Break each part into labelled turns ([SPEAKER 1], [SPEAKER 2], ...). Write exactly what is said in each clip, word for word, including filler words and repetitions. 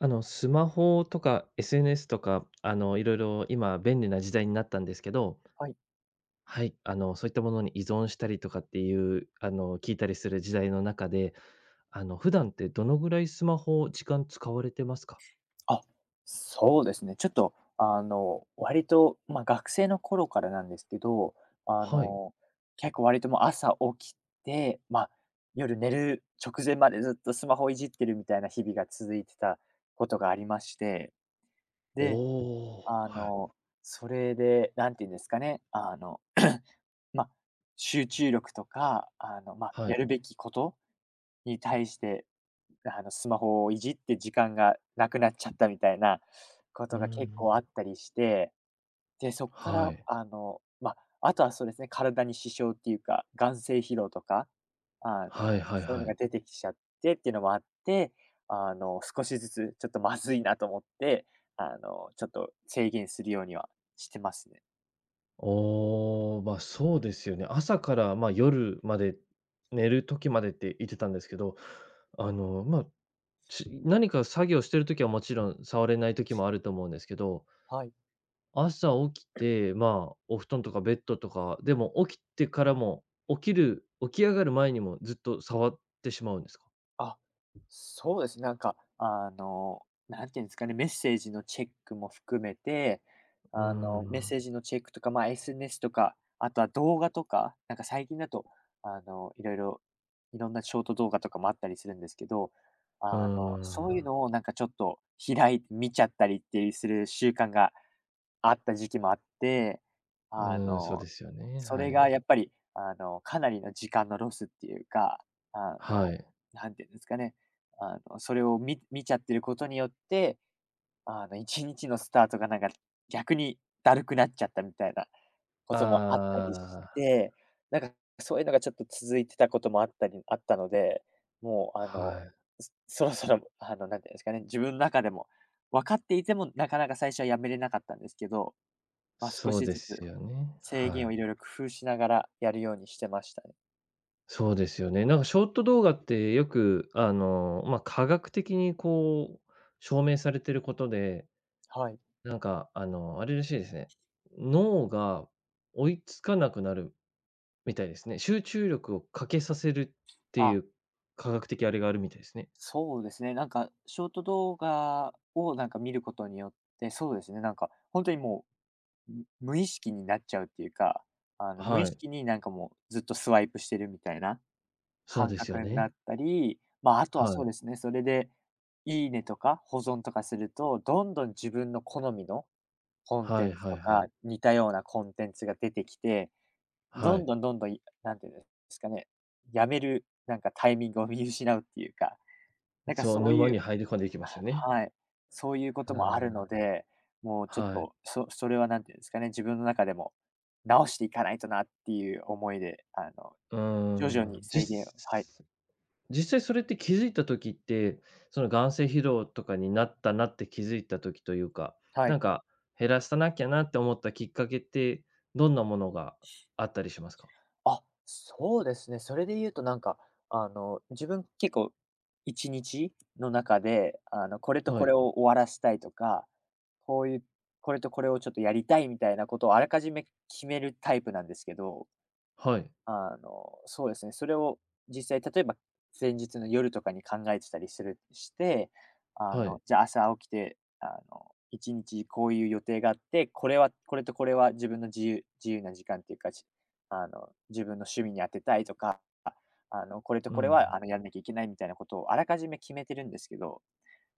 [SPEAKER 1] あの、スマホとか エスエヌエス とか、あの、いろいろ今便利な時代になったんですけど、
[SPEAKER 2] はい。
[SPEAKER 1] はい、あの、そういったものに依存したりとかっていう、あの、聞いたりする時代の中で、あの、普段ってどのぐらいスマホ、時間使われてますか？
[SPEAKER 2] あ、そうですね。ちょっと、あの、割と、まあ、学生の頃からなんですけど、あ
[SPEAKER 1] はい。
[SPEAKER 2] の、結構割ともう朝起きて、まあ、夜寝る直前までずっとスマホをいじってるみたいな日々が続いてたことがありまして、で、
[SPEAKER 1] おー
[SPEAKER 2] あ
[SPEAKER 1] はい、
[SPEAKER 2] の、それで、何て言うんですかね、あの、まあ、集中力とか、あの、まあ、
[SPEAKER 1] は
[SPEAKER 2] や
[SPEAKER 1] い。
[SPEAKER 2] るべきことに対してあの、スマホをいじって時間がなくなっちゃったみたいなこ
[SPEAKER 1] うー
[SPEAKER 2] とが結
[SPEAKER 1] ん、
[SPEAKER 2] 構あったりして、で、そっか
[SPEAKER 1] は
[SPEAKER 2] ら、
[SPEAKER 1] い。
[SPEAKER 2] あの、まあ、あとはそうですね、体に支障っていうか、眼性疲労とか、あ
[SPEAKER 1] はい
[SPEAKER 2] の、
[SPEAKER 1] はい
[SPEAKER 2] そういう
[SPEAKER 1] は
[SPEAKER 2] のが
[SPEAKER 1] い。
[SPEAKER 2] 出てきちゃってっていうのもあって、あの、少しずつちょっとまずいなと思って、あの、ちょっと制限するようにはしてますね。
[SPEAKER 1] おーま、そうですよね。朝から、まあ、夜まで、寝る時までって言ってたんですけど、あの、まあし何か作業してる時はもちろん触れない時もあると思うんですけど、
[SPEAKER 2] はい。
[SPEAKER 1] 朝起きて、まあ、お布団とかベッドとか、でも起きてからも、起きる起き上がる前にもずっと触ってしまうんですか？
[SPEAKER 2] あ、そうですね。なんか、あの、なんていうんですかね、メッセージのチェックも含めて、
[SPEAKER 1] うー
[SPEAKER 2] あの、メッ
[SPEAKER 1] ん、う
[SPEAKER 2] セージのチェックとか、まあ、エスエヌエス とか、あとは動画とか、なんか最近だと、あの、いろいろ、いろんなショート動画とかもあったりするんですけど、
[SPEAKER 1] ー
[SPEAKER 2] あの、そういう
[SPEAKER 1] ん、
[SPEAKER 2] のをなんかちょっと開いて見ちゃったりっていうする習慣があった時期もあって、
[SPEAKER 1] う
[SPEAKER 2] あ
[SPEAKER 1] ーん、そう
[SPEAKER 2] の、
[SPEAKER 1] ですよね、
[SPEAKER 2] そ
[SPEAKER 1] は
[SPEAKER 2] れが
[SPEAKER 1] い。
[SPEAKER 2] やっぱり、あの、かなりの時間のロスっていうか、あ
[SPEAKER 1] は
[SPEAKER 2] の、
[SPEAKER 1] い。
[SPEAKER 2] なんていうんですかね、あの、それを見見ちゃってることによって、あの、いちにちのスタートがなんか逆にだるくなっちゃったみたいなこともあったりし
[SPEAKER 1] あ
[SPEAKER 2] て、なんかそういうのがちょっと続いてたこともあったりあったので、もう、
[SPEAKER 1] あ、
[SPEAKER 2] あの、
[SPEAKER 1] はい。
[SPEAKER 2] そそろそろ、あの、なんていうんですかね、自分の中でも分かっていても、なかなか最初はやめれなかったんですけど、まあ、少
[SPEAKER 1] そう
[SPEAKER 2] し
[SPEAKER 1] で
[SPEAKER 2] ずつ
[SPEAKER 1] すよね、
[SPEAKER 2] 制
[SPEAKER 1] は
[SPEAKER 2] 限を
[SPEAKER 1] い。
[SPEAKER 2] いろいろ工夫しながらやるようにしてましたね。
[SPEAKER 1] そうですよね。なんかショート動画ってよく、あの、まあ、科学的にこう証明されてることで、
[SPEAKER 2] はい。
[SPEAKER 1] なんか、あの、あれらしいですね。脳が追いつかなくなるみたいですね。集中力を欠けさせるってい
[SPEAKER 2] あ、
[SPEAKER 1] う科学的あれがあるみたいですね。
[SPEAKER 2] そうですね。なんか、ショート動画をなんか見ることによって、そうですね。なんか、本当にもう、む無意識になっちゃうっていうか、あの、無意
[SPEAKER 1] はい。
[SPEAKER 2] 識になんかもうずっとスワイプしてるみたいな
[SPEAKER 1] そう
[SPEAKER 2] 感
[SPEAKER 1] です
[SPEAKER 2] 覚
[SPEAKER 1] よ
[SPEAKER 2] にな
[SPEAKER 1] ね。
[SPEAKER 2] ったり、まあ、あとは
[SPEAKER 1] は
[SPEAKER 2] そうで
[SPEAKER 1] い。
[SPEAKER 2] すね。それで、いいねとか保存とかすると、どんどん自分の好みのコン
[SPEAKER 1] は
[SPEAKER 2] テ
[SPEAKER 1] い
[SPEAKER 2] ンツ
[SPEAKER 1] はい
[SPEAKER 2] と
[SPEAKER 1] は
[SPEAKER 2] か、
[SPEAKER 1] い。
[SPEAKER 2] 似たようなコンテンツが出てきて、
[SPEAKER 1] は
[SPEAKER 2] ど
[SPEAKER 1] い。
[SPEAKER 2] んどんどんどん、いなんていうんですかね、やめる、なんかタイミングを見失うっていうか、なんか
[SPEAKER 1] そう、
[SPEAKER 2] そう
[SPEAKER 1] 沼
[SPEAKER 2] い
[SPEAKER 1] に
[SPEAKER 2] う
[SPEAKER 1] 入り込んでいきますよ
[SPEAKER 2] は
[SPEAKER 1] ね。
[SPEAKER 2] はい、そういうこ
[SPEAKER 1] う
[SPEAKER 2] ともある
[SPEAKER 1] ーん。
[SPEAKER 2] ので、もうちょっ
[SPEAKER 1] はい。
[SPEAKER 2] と、そそれはなんていうんですかね、自分の中でも直していかないとなっていう思いで、あの、
[SPEAKER 1] うー
[SPEAKER 2] 徐々に
[SPEAKER 1] ん。
[SPEAKER 2] 制限をはい、
[SPEAKER 1] 実…実際それって気づいた時って、その眼性疲労とかになったなって気づいた時というか、
[SPEAKER 2] は
[SPEAKER 1] な
[SPEAKER 2] い。
[SPEAKER 1] んか減らさなきゃなって思ったきっかけって、どんなものがあったりしますか？
[SPEAKER 2] あ、そうですね。それで言うとなんか、あの、自分結構いちにちの中で、あの、これと
[SPEAKER 1] は
[SPEAKER 2] これ
[SPEAKER 1] い。
[SPEAKER 2] を終わらしたいとか、こういうこれとこれをちょっとやりたいみたいなことをあらかじめ決めるタイプなんですけど
[SPEAKER 1] はい。
[SPEAKER 2] あの、そうですね、それを実際例えば、前日の夜とかに考えてたりするして、あ
[SPEAKER 1] はい。
[SPEAKER 2] の、じゃあ朝起きて、あの、いちにちこういう予定があって、これはこれとこれは自分の自由自由な時間っていうか、しあの、自分の趣味に当てたいとか、あの、これと
[SPEAKER 1] う
[SPEAKER 2] これ
[SPEAKER 1] ん。
[SPEAKER 2] は、あの、やんなきゃいけないみたいなことをあらかじめ決めてるんですけど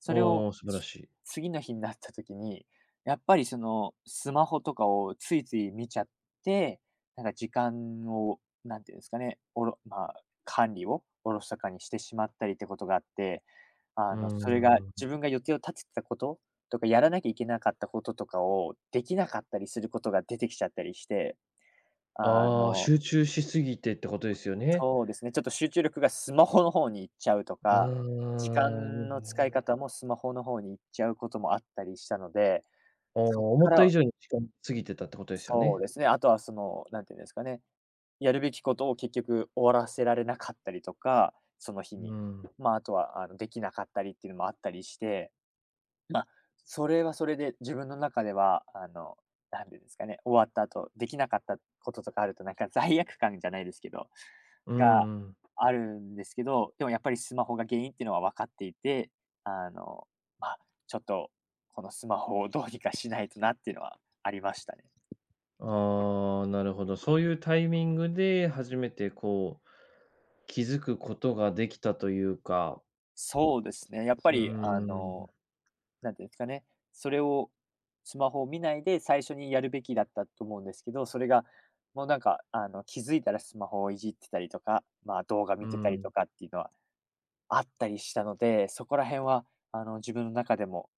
[SPEAKER 2] それを、
[SPEAKER 1] おー素晴らしい。
[SPEAKER 2] 次の日になった時に、やっぱりその、スマホとかをついつい見ちゃって、なんか時間を、なんていうんですかね、おろまあ、管理をおろそかにしてしまったりってことがあって、
[SPEAKER 1] う
[SPEAKER 2] あの、それが
[SPEAKER 1] ー
[SPEAKER 2] 自
[SPEAKER 1] ん。
[SPEAKER 2] 分が予定を立ててたこととか、やらなきゃいけなかったこととかをできなかったりすることが出てきちゃったりして、あ
[SPEAKER 1] ああ、
[SPEAKER 2] の
[SPEAKER 1] 集中しすぎてってことですよね。
[SPEAKER 2] そうですね、ちょっと集中力がスマホの方に行っちゃうと
[SPEAKER 1] う
[SPEAKER 2] か、時
[SPEAKER 1] ー
[SPEAKER 2] 間の使い方
[SPEAKER 1] ん。
[SPEAKER 2] もスマホの方に行っちゃうこともあったりしたので、
[SPEAKER 1] お
[SPEAKER 2] そっ
[SPEAKER 1] ー思
[SPEAKER 2] か
[SPEAKER 1] った
[SPEAKER 2] ら
[SPEAKER 1] 以上に時間過ぎてたってことですよ
[SPEAKER 2] そう
[SPEAKER 1] ね。
[SPEAKER 2] ですね、あとはその、なんていうんですかね、やるべきことを結局終わらせられなかったりとか、その日
[SPEAKER 1] う
[SPEAKER 2] に。
[SPEAKER 1] ん。
[SPEAKER 2] まあ、あとは、あの、できなかったりっていうのもあったりしてまあ、それはそれで自分の中では、あの、なんていうんですかね、終わった後、できなかったこととかあると、なんか罪悪感じゃないですけど、
[SPEAKER 1] うん
[SPEAKER 2] が
[SPEAKER 1] うん、
[SPEAKER 2] あるんですけど、でもやっぱりスマホが原因っていうのは分かっていて、あの、まあ、ちょっと、このスマホをどうにかしないとなっていうのはありましたね。
[SPEAKER 1] ああ、なるほど。そういうタイミングで初めてこう、気づくことができたというか、
[SPEAKER 2] そうですね、やっぱ
[SPEAKER 1] うー
[SPEAKER 2] りあ
[SPEAKER 1] ん、
[SPEAKER 2] のなんていうんですかね、それをスマホを見ないで最初にやるべきだったと思うんですけど、それがもうなんか、あの、気づいたらスマホをいじってたりとか、まあ、動画
[SPEAKER 1] う
[SPEAKER 2] 見てたりと
[SPEAKER 1] ん。
[SPEAKER 2] かっていうのはあったりしたので、そこら辺は、あの、自分の中でも、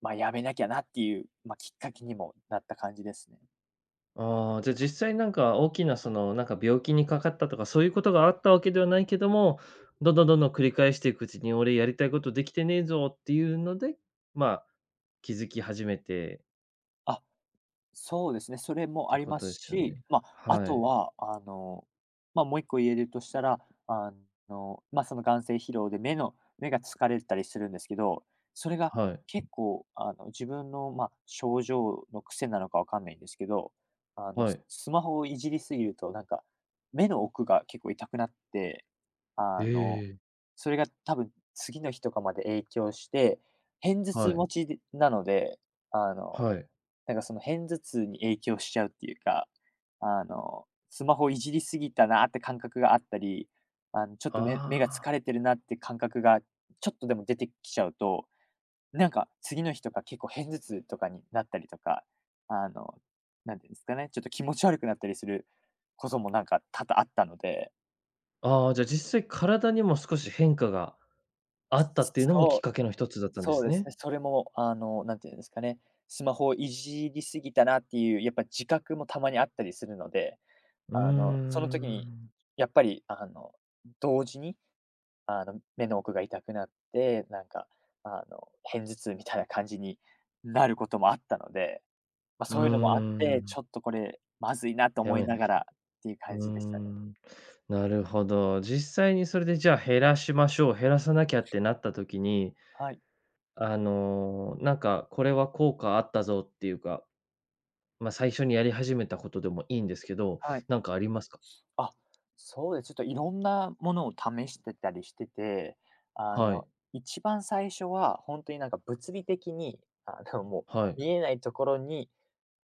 [SPEAKER 2] まあ、やめなきゃなっていう、まあ、きっかけにもなった感じですね。
[SPEAKER 1] ああ、じゃあ実際なんか大きなその、なんか病気にかかったとか、そういうことがあったわけではないけども、どんどんどんどん繰り返していくうちに、俺やりたいことできてねえぞっていうので、まあ、気づき始めてっ
[SPEAKER 2] あ、そうですね、それも
[SPEAKER 1] て
[SPEAKER 2] あり
[SPEAKER 1] こ
[SPEAKER 2] ま
[SPEAKER 1] と
[SPEAKER 2] す
[SPEAKER 1] ですよ
[SPEAKER 2] し、
[SPEAKER 1] ね。
[SPEAKER 2] まあ、あ
[SPEAKER 1] は
[SPEAKER 2] と
[SPEAKER 1] い。
[SPEAKER 2] は、あの、まあ、もういっこ言えるとしたら、あの、まあ、その眼精疲労で目の目が疲れたりするんですけど、それが
[SPEAKER 1] はい。
[SPEAKER 2] 結構、あの、自分の、まあ、症状の癖なのかわかんないんですけど、あの、
[SPEAKER 1] は
[SPEAKER 2] ス
[SPEAKER 1] い。
[SPEAKER 2] スマホをいじりすぎると、なんか、目の奥が結構痛くなって、
[SPEAKER 1] え
[SPEAKER 2] あの、
[SPEAKER 1] え。
[SPEAKER 2] それが多分次の日とかまで影響して、片頭
[SPEAKER 1] は
[SPEAKER 2] 痛
[SPEAKER 1] い。
[SPEAKER 2] 持ちでなので、あの
[SPEAKER 1] はい。
[SPEAKER 2] なんかその片頭痛に影響しちゃうっていうか、あの、スマホいじりすぎたなって感覚があったり、あの、ちょっと
[SPEAKER 1] あ
[SPEAKER 2] 目目が疲
[SPEAKER 1] あ。
[SPEAKER 2] れてるなって感覚がちょっとでも出てきちゃうと、なんか次の日とか結構片頭痛とかになったりとか、あの、なんていうんですかね、ちょっと気持ち悪くなったりすることもなんか多々あったので、
[SPEAKER 1] ああ、じゃあ実際体にも少し変化があったっていうのもきっ
[SPEAKER 2] そう、
[SPEAKER 1] かけの一つだったんで
[SPEAKER 2] そう
[SPEAKER 1] す
[SPEAKER 2] です
[SPEAKER 1] ね。
[SPEAKER 2] ね、それもあの、なんていうんですかね、スマホをいじりすぎたなっていう、やっぱ自覚もたまにあったりするので、
[SPEAKER 1] うー
[SPEAKER 2] あの、その時に、
[SPEAKER 1] ん。
[SPEAKER 2] やっぱり、あの、同時に、あの、目の奥が痛くなって、なんか、あの、片頭痛みたいな感じになることもあったので、まあ、
[SPEAKER 1] うー
[SPEAKER 2] そういうのもあって、
[SPEAKER 1] ん。
[SPEAKER 2] ちょっとこれまずいなと
[SPEAKER 1] や
[SPEAKER 2] 思い
[SPEAKER 1] めな
[SPEAKER 2] なが
[SPEAKER 1] きゃ。
[SPEAKER 2] らっていう
[SPEAKER 1] う
[SPEAKER 2] 感
[SPEAKER 1] ー
[SPEAKER 2] じでしたね。
[SPEAKER 1] ん。なるほど。実際にそれでじゃあ減らしましょう、減らさなきゃってなった時に、
[SPEAKER 2] はい、
[SPEAKER 1] あの、なんかこれは効果あったぞっていうか、ま、最初にやり始めたことでもいいんですけど、
[SPEAKER 2] はい。
[SPEAKER 1] なんかありますか？
[SPEAKER 2] あ、そうです。ちょっといろんなものを試してたりしてて、あ
[SPEAKER 1] は
[SPEAKER 2] の、
[SPEAKER 1] い、
[SPEAKER 2] 一番最初は本当になんか物理的に、あの、も
[SPEAKER 1] は
[SPEAKER 2] う
[SPEAKER 1] い。
[SPEAKER 2] 見えないところに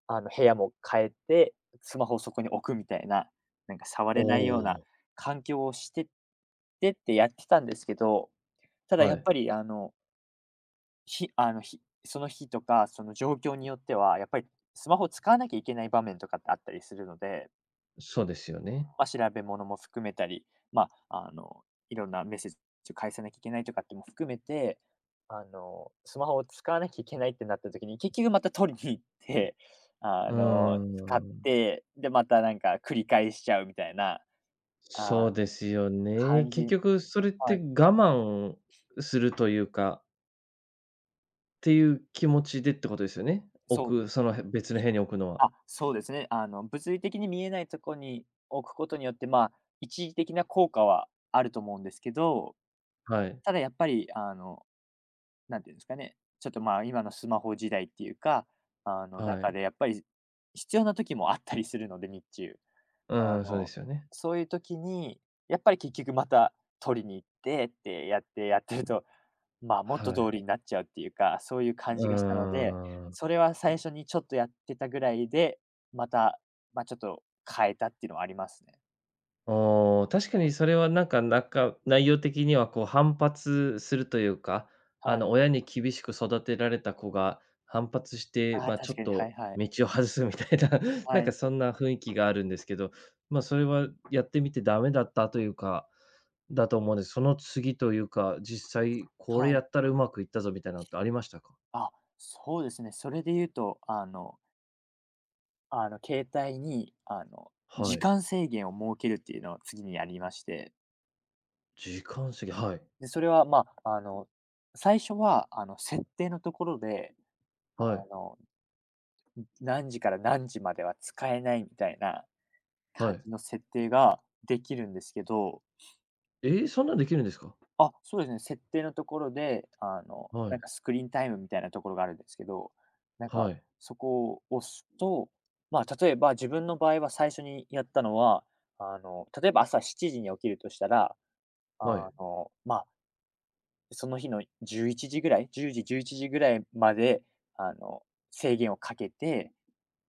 [SPEAKER 2] あの、部屋も変えて、スマホをそこに置くみたいな、なんか触
[SPEAKER 1] お
[SPEAKER 2] れないような
[SPEAKER 1] お、
[SPEAKER 2] 環境をしてってってやってたんですけど、ただ
[SPEAKER 1] は
[SPEAKER 2] やっ
[SPEAKER 1] い。
[SPEAKER 2] ぱりあの、ひあの、ひその日とか、その状況によっては、やっぱりスマホを使わなきゃいけない場面とかってあったりするので、
[SPEAKER 1] そうですよね。
[SPEAKER 2] まあ、調べ物も含めたり、まあ、あの、いろんなメッセージを返さなきゃいけないとかっても含めて、あの、スマホを使わなきゃいけないってなった時に、結局また取りに行って、あ
[SPEAKER 1] うー
[SPEAKER 2] の、使っ
[SPEAKER 1] ん。
[SPEAKER 2] て、で、またなんか繰り返しちゃうみたいな
[SPEAKER 1] そ
[SPEAKER 2] あ
[SPEAKER 1] うですよね。
[SPEAKER 2] 感
[SPEAKER 1] 結
[SPEAKER 2] じ。
[SPEAKER 1] 局それっ
[SPEAKER 2] は
[SPEAKER 1] て我
[SPEAKER 2] い、
[SPEAKER 1] 慢するというか、っていう気持ちでってことですよね。
[SPEAKER 2] そう
[SPEAKER 1] 置
[SPEAKER 2] で
[SPEAKER 1] く、そのへ別の部屋に置くのは。
[SPEAKER 2] あ、そうですね。あの、物理的に見えないとこに置くことによって、まあ、一時的な効果はあると思うんですけど、
[SPEAKER 1] はい、
[SPEAKER 2] ただやっぱり、あのなんていうんですかね、ちょっと、まあ、今のスマホ時代っていうか、あの、
[SPEAKER 1] は
[SPEAKER 2] 中
[SPEAKER 1] い。
[SPEAKER 2] でやっぱり必要な時もあったりするので、日中。
[SPEAKER 1] う
[SPEAKER 2] あ
[SPEAKER 1] ん、そうで
[SPEAKER 2] の、
[SPEAKER 1] すよね。
[SPEAKER 2] そういう時に、やっぱり結局また取りに行ってってやってやってると、まあ、元
[SPEAKER 1] は
[SPEAKER 2] 通
[SPEAKER 1] い。
[SPEAKER 2] りになっちゃうっていうか、そういう感
[SPEAKER 1] うー
[SPEAKER 2] じがしたので、
[SPEAKER 1] ん、
[SPEAKER 2] それは最初にちょっとやってたぐらいで、また、ま、ちょっと変えたっていうのはありますね。
[SPEAKER 1] おお、確かにそれはなんか、なんか内容的にはこう反発するというか、あ
[SPEAKER 2] は
[SPEAKER 1] の、
[SPEAKER 2] い。
[SPEAKER 1] 親に厳しく育てられた子が反発して、
[SPEAKER 2] ああ、
[SPEAKER 1] まあ、ちょ
[SPEAKER 2] 確
[SPEAKER 1] っ
[SPEAKER 2] かに、は
[SPEAKER 1] と
[SPEAKER 2] いはい。
[SPEAKER 1] 道を外すみたいな、なん
[SPEAKER 2] は
[SPEAKER 1] か
[SPEAKER 2] い、
[SPEAKER 1] そんな雰囲気があるんですけど、まあ、それはやってみてダメだったというか、だと思うんです。その次というか、実際これ
[SPEAKER 2] は
[SPEAKER 1] や
[SPEAKER 2] い。
[SPEAKER 1] ったらうまくいったぞみたいなのってありましたか？
[SPEAKER 2] あ、そうですね。それで言うと、あの、あの、携帯に、あの、
[SPEAKER 1] は
[SPEAKER 2] 時
[SPEAKER 1] い。
[SPEAKER 2] 間制限を設けるっていうのを次にやりまして、
[SPEAKER 1] 時間制限、はい。
[SPEAKER 2] で、それは、まあ、あの、最初は、あの、設定のところで、あ
[SPEAKER 1] はい。
[SPEAKER 2] の、何時から何時までは使えないみたいな
[SPEAKER 1] は
[SPEAKER 2] 感
[SPEAKER 1] い。
[SPEAKER 2] じの設定ができるんですけど、
[SPEAKER 1] えーそんなんできるんですか？
[SPEAKER 2] あ、そうですね、設定のところで、あの、
[SPEAKER 1] は
[SPEAKER 2] なん
[SPEAKER 1] い。
[SPEAKER 2] かスクリーンタイムみたいなところがあるんですけど、なん
[SPEAKER 1] は
[SPEAKER 2] か、
[SPEAKER 1] い。
[SPEAKER 2] そこを押すと、まあ、例えば自分の場合は最初にやったのは、あの、例えば朝しちじに起きるとしたら、
[SPEAKER 1] はい。
[SPEAKER 2] あの、まあ、その日のじゅういちじぐらい、いちじ、じゅういちじぐらいまで、あの、制限をかけて、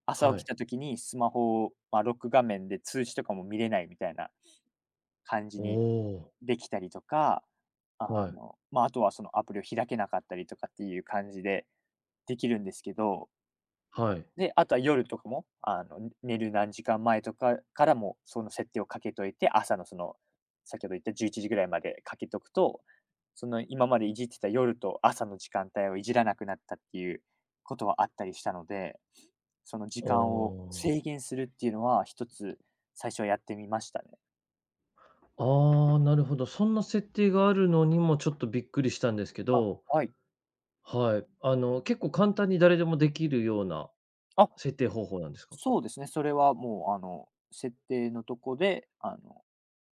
[SPEAKER 2] 朝
[SPEAKER 1] は
[SPEAKER 2] 起き
[SPEAKER 1] い。
[SPEAKER 2] た時にスマホを、まあ、ロック画面で通知とかも見れないみたいな感
[SPEAKER 1] お
[SPEAKER 2] じに
[SPEAKER 1] お、
[SPEAKER 2] できたりとか、あ
[SPEAKER 1] はい、
[SPEAKER 2] の、まあ、あとはそのアプリを開けなかったりとかっていう感じでできるんですけど。
[SPEAKER 1] はい。
[SPEAKER 2] で、あとは夜とかも、あの、寝る何時間前とかからも、その設定をかけといて、朝のその、先ほど言ったじゅういちじぐらいまでかけとくと、その今までいじってた夜と朝の時間帯をいじらなくなったっていうことはあったりしたので、その時
[SPEAKER 1] お
[SPEAKER 2] 間を
[SPEAKER 1] お、
[SPEAKER 2] 制限するっていうのは一つ最初はやってみましたね。
[SPEAKER 1] ああ、なるほど。そんな設定があるのにもちょっとびっくりしたんですけ
[SPEAKER 2] あ、
[SPEAKER 1] ど、
[SPEAKER 2] はい。
[SPEAKER 1] はい。あの、結構簡単に誰でもできるような
[SPEAKER 2] あ、
[SPEAKER 1] 設定方法なんですか？
[SPEAKER 2] そうですね、それはもうあの、設定のとこで、あの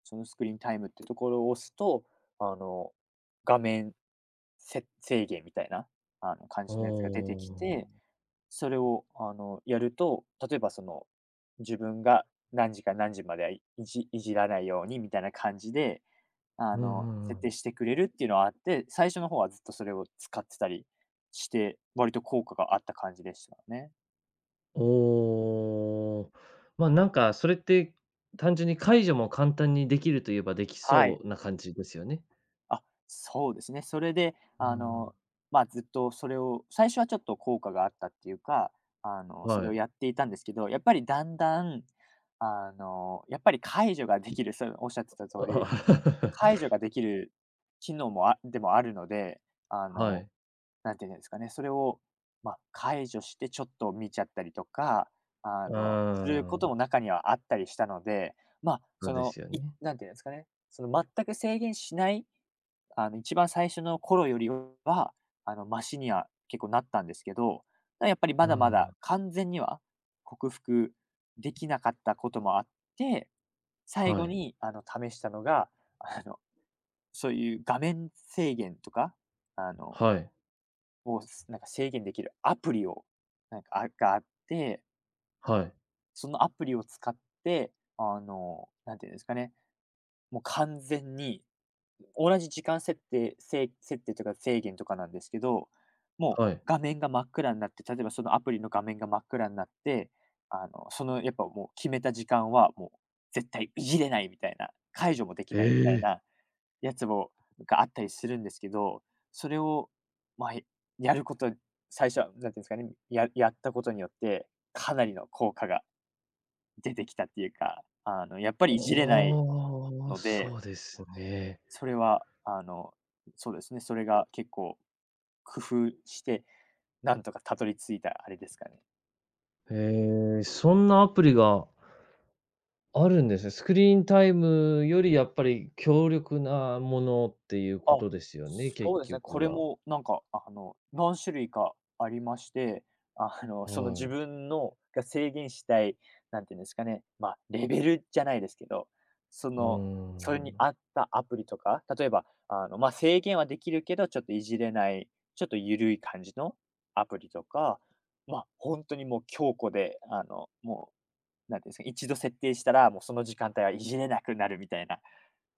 [SPEAKER 2] そのスクリーンタイムってところを押すと、あの、画面せ制限みたいな、あの、感じのやつが出てき
[SPEAKER 1] お
[SPEAKER 2] て、
[SPEAKER 1] あ。
[SPEAKER 2] それを、あの、やると、例えばその、自分が何時から何時まではいじいじらないようにみたいな感じで、あ
[SPEAKER 1] うん
[SPEAKER 2] の、
[SPEAKER 1] うん
[SPEAKER 2] 設
[SPEAKER 1] うん。
[SPEAKER 2] 定してくれるっていうのはあって、最初の方はずっとそれを使ってたりして、割と効果があった感じでしたね。
[SPEAKER 1] おお。ま、なんかそれって単純に解除も簡単にできるといえばでき
[SPEAKER 2] はい。
[SPEAKER 1] そうな感じですよね。
[SPEAKER 2] あ、そうですね。それで、
[SPEAKER 1] う
[SPEAKER 2] あ
[SPEAKER 1] ん、
[SPEAKER 2] の、まあ、ずっとそれを最初はちょっと効果があったっていうか、あの、そ
[SPEAKER 1] は
[SPEAKER 2] れを
[SPEAKER 1] い。
[SPEAKER 2] やっていたんですけど、やっぱりだんだん、あの、やっぱり解除ができる、そうおっしゃってた通り、
[SPEAKER 1] あ
[SPEAKER 2] 解除ができる機能もあでもあるので、あ
[SPEAKER 1] は
[SPEAKER 2] の、
[SPEAKER 1] い。
[SPEAKER 2] なんていうんですかね、それを、まあ、解除してちょっと見ちゃったりとか、あの、するこ
[SPEAKER 1] あ
[SPEAKER 2] とも
[SPEAKER 1] あ、
[SPEAKER 2] 中にはあったりしたので、まあ、
[SPEAKER 1] そう
[SPEAKER 2] そ
[SPEAKER 1] で
[SPEAKER 2] の、
[SPEAKER 1] すよ
[SPEAKER 2] い
[SPEAKER 1] ね。
[SPEAKER 2] なんていうんですかね、その全く制限しないあの、一番最初の頃よりは、あの、マシには結構なったんですけど、ただやっぱりま
[SPEAKER 1] う
[SPEAKER 2] だまだ
[SPEAKER 1] ん。
[SPEAKER 2] 完全には克服できなかったこともあって、最
[SPEAKER 1] は
[SPEAKER 2] 後
[SPEAKER 1] い。
[SPEAKER 2] に、あの、試したのが、あの、そういう画面制限とか、あの、
[SPEAKER 1] はい、
[SPEAKER 2] を、なんか制限できるアプリを、なんか、あがあって、
[SPEAKER 1] はい、
[SPEAKER 2] そのアプリを使って、あの、なんていうんですかね、もう完全に同じ時間設定せい設定とか制限とかなんですけど、もう
[SPEAKER 1] はい。
[SPEAKER 2] 画面が真っ暗になって、例えばそのアプリの画面が真っ暗になって、あの、そのやっぱもう決めた時間はもう絶対いじれないみたいな、解除もでき
[SPEAKER 1] え
[SPEAKER 2] ないみたい
[SPEAKER 1] え。
[SPEAKER 2] なやつもがあったりするんですけど、それを、まあ、やること、最初はなんていうんですかね、ややったことによって、かなりの効果が出てきたっていうか、あの、やっぱりいじれない
[SPEAKER 1] ああ、
[SPEAKER 2] の
[SPEAKER 1] そ
[SPEAKER 2] で、
[SPEAKER 1] うですね。
[SPEAKER 2] それは、あの、そうですね、それが結構工夫して、なんとかたどり着いたあれですかね。
[SPEAKER 1] ええ、そんなアプリがあるんですね。スクリーンタイムよりやっぱり強力なものっていうこ
[SPEAKER 2] あ、
[SPEAKER 1] とですよね、結
[SPEAKER 2] そうですね。
[SPEAKER 1] 局
[SPEAKER 2] これ
[SPEAKER 1] は。
[SPEAKER 2] もなんか、あの、何種類かありまして、あの、
[SPEAKER 1] は
[SPEAKER 2] その自
[SPEAKER 1] い。
[SPEAKER 2] 分のが制限したい、なんていうんですかね、まあ、レベルじゃないですけど、そ
[SPEAKER 1] うー
[SPEAKER 2] の、それに
[SPEAKER 1] ん。
[SPEAKER 2] 合ったアプリとか、例えば、あの、まあ、制限はできるけど、ちょっといじれない、ちょっと緩い感じのアプリとか、ま、あ本当にもう強固で、あの、もう、なんていうんですか、一度設定したら、もうその時間帯はいじれなくなるみたいな、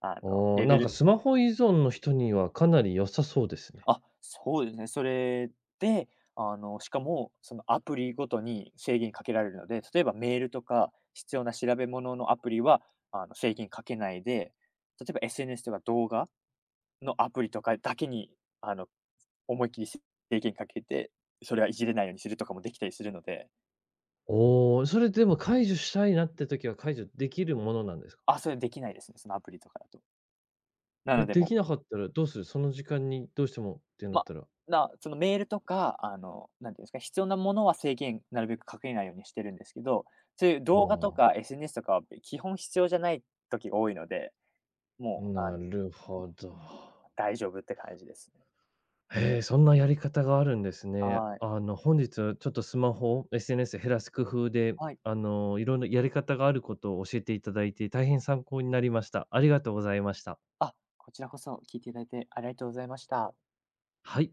[SPEAKER 2] あの、
[SPEAKER 1] おお
[SPEAKER 2] レ
[SPEAKER 1] な
[SPEAKER 2] ベ
[SPEAKER 1] んか
[SPEAKER 2] ル。
[SPEAKER 1] スマホ依存の人にはかなり良さそうですね。
[SPEAKER 2] あ、そうですね。それで、あの、しかも、そのアプリごとに制限かけられるので、例えばメールとか必要な調べ物のアプリは、あの、制限かけないで、例えば エスエヌエス とか動画のアプリとかだけに、あの、思いっきり制限かけて、それはいじれないようにするとかもできたりするので、
[SPEAKER 1] おお、それでも解除したいなって時は解除できるものなんですか？
[SPEAKER 2] あ、それできないですね、そのアプリとかだと。な
[SPEAKER 1] え、
[SPEAKER 2] ので
[SPEAKER 1] でき
[SPEAKER 2] も
[SPEAKER 1] な
[SPEAKER 2] う、
[SPEAKER 1] かったらどうする？その時間にどうしてもってなっ
[SPEAKER 2] ま、
[SPEAKER 1] たら。
[SPEAKER 2] な、そのメールとか、あの、なんていうんですか、必要なものは制限なるべくかけないようにしてるんですけど、そういう
[SPEAKER 1] あ
[SPEAKER 2] 動画とか
[SPEAKER 1] あ。
[SPEAKER 2] エスエヌエス とかは、べ基本必要じゃない時が多いので、もう、あ
[SPEAKER 1] な
[SPEAKER 2] の、
[SPEAKER 1] るほど。
[SPEAKER 2] 大丈夫って感じですね。
[SPEAKER 1] へえ、そんなやり方があるんですね。
[SPEAKER 2] はい。
[SPEAKER 1] あの、本日ちょっとスマホ、エスエヌエス 減らす工夫で、
[SPEAKER 2] はい。
[SPEAKER 1] あの、いろんなやり方があることを教えていただいて、大変参考になりました。ありがとうございました。
[SPEAKER 2] あ、こちらこそ聞いていただいてありがとうございました。
[SPEAKER 1] はい。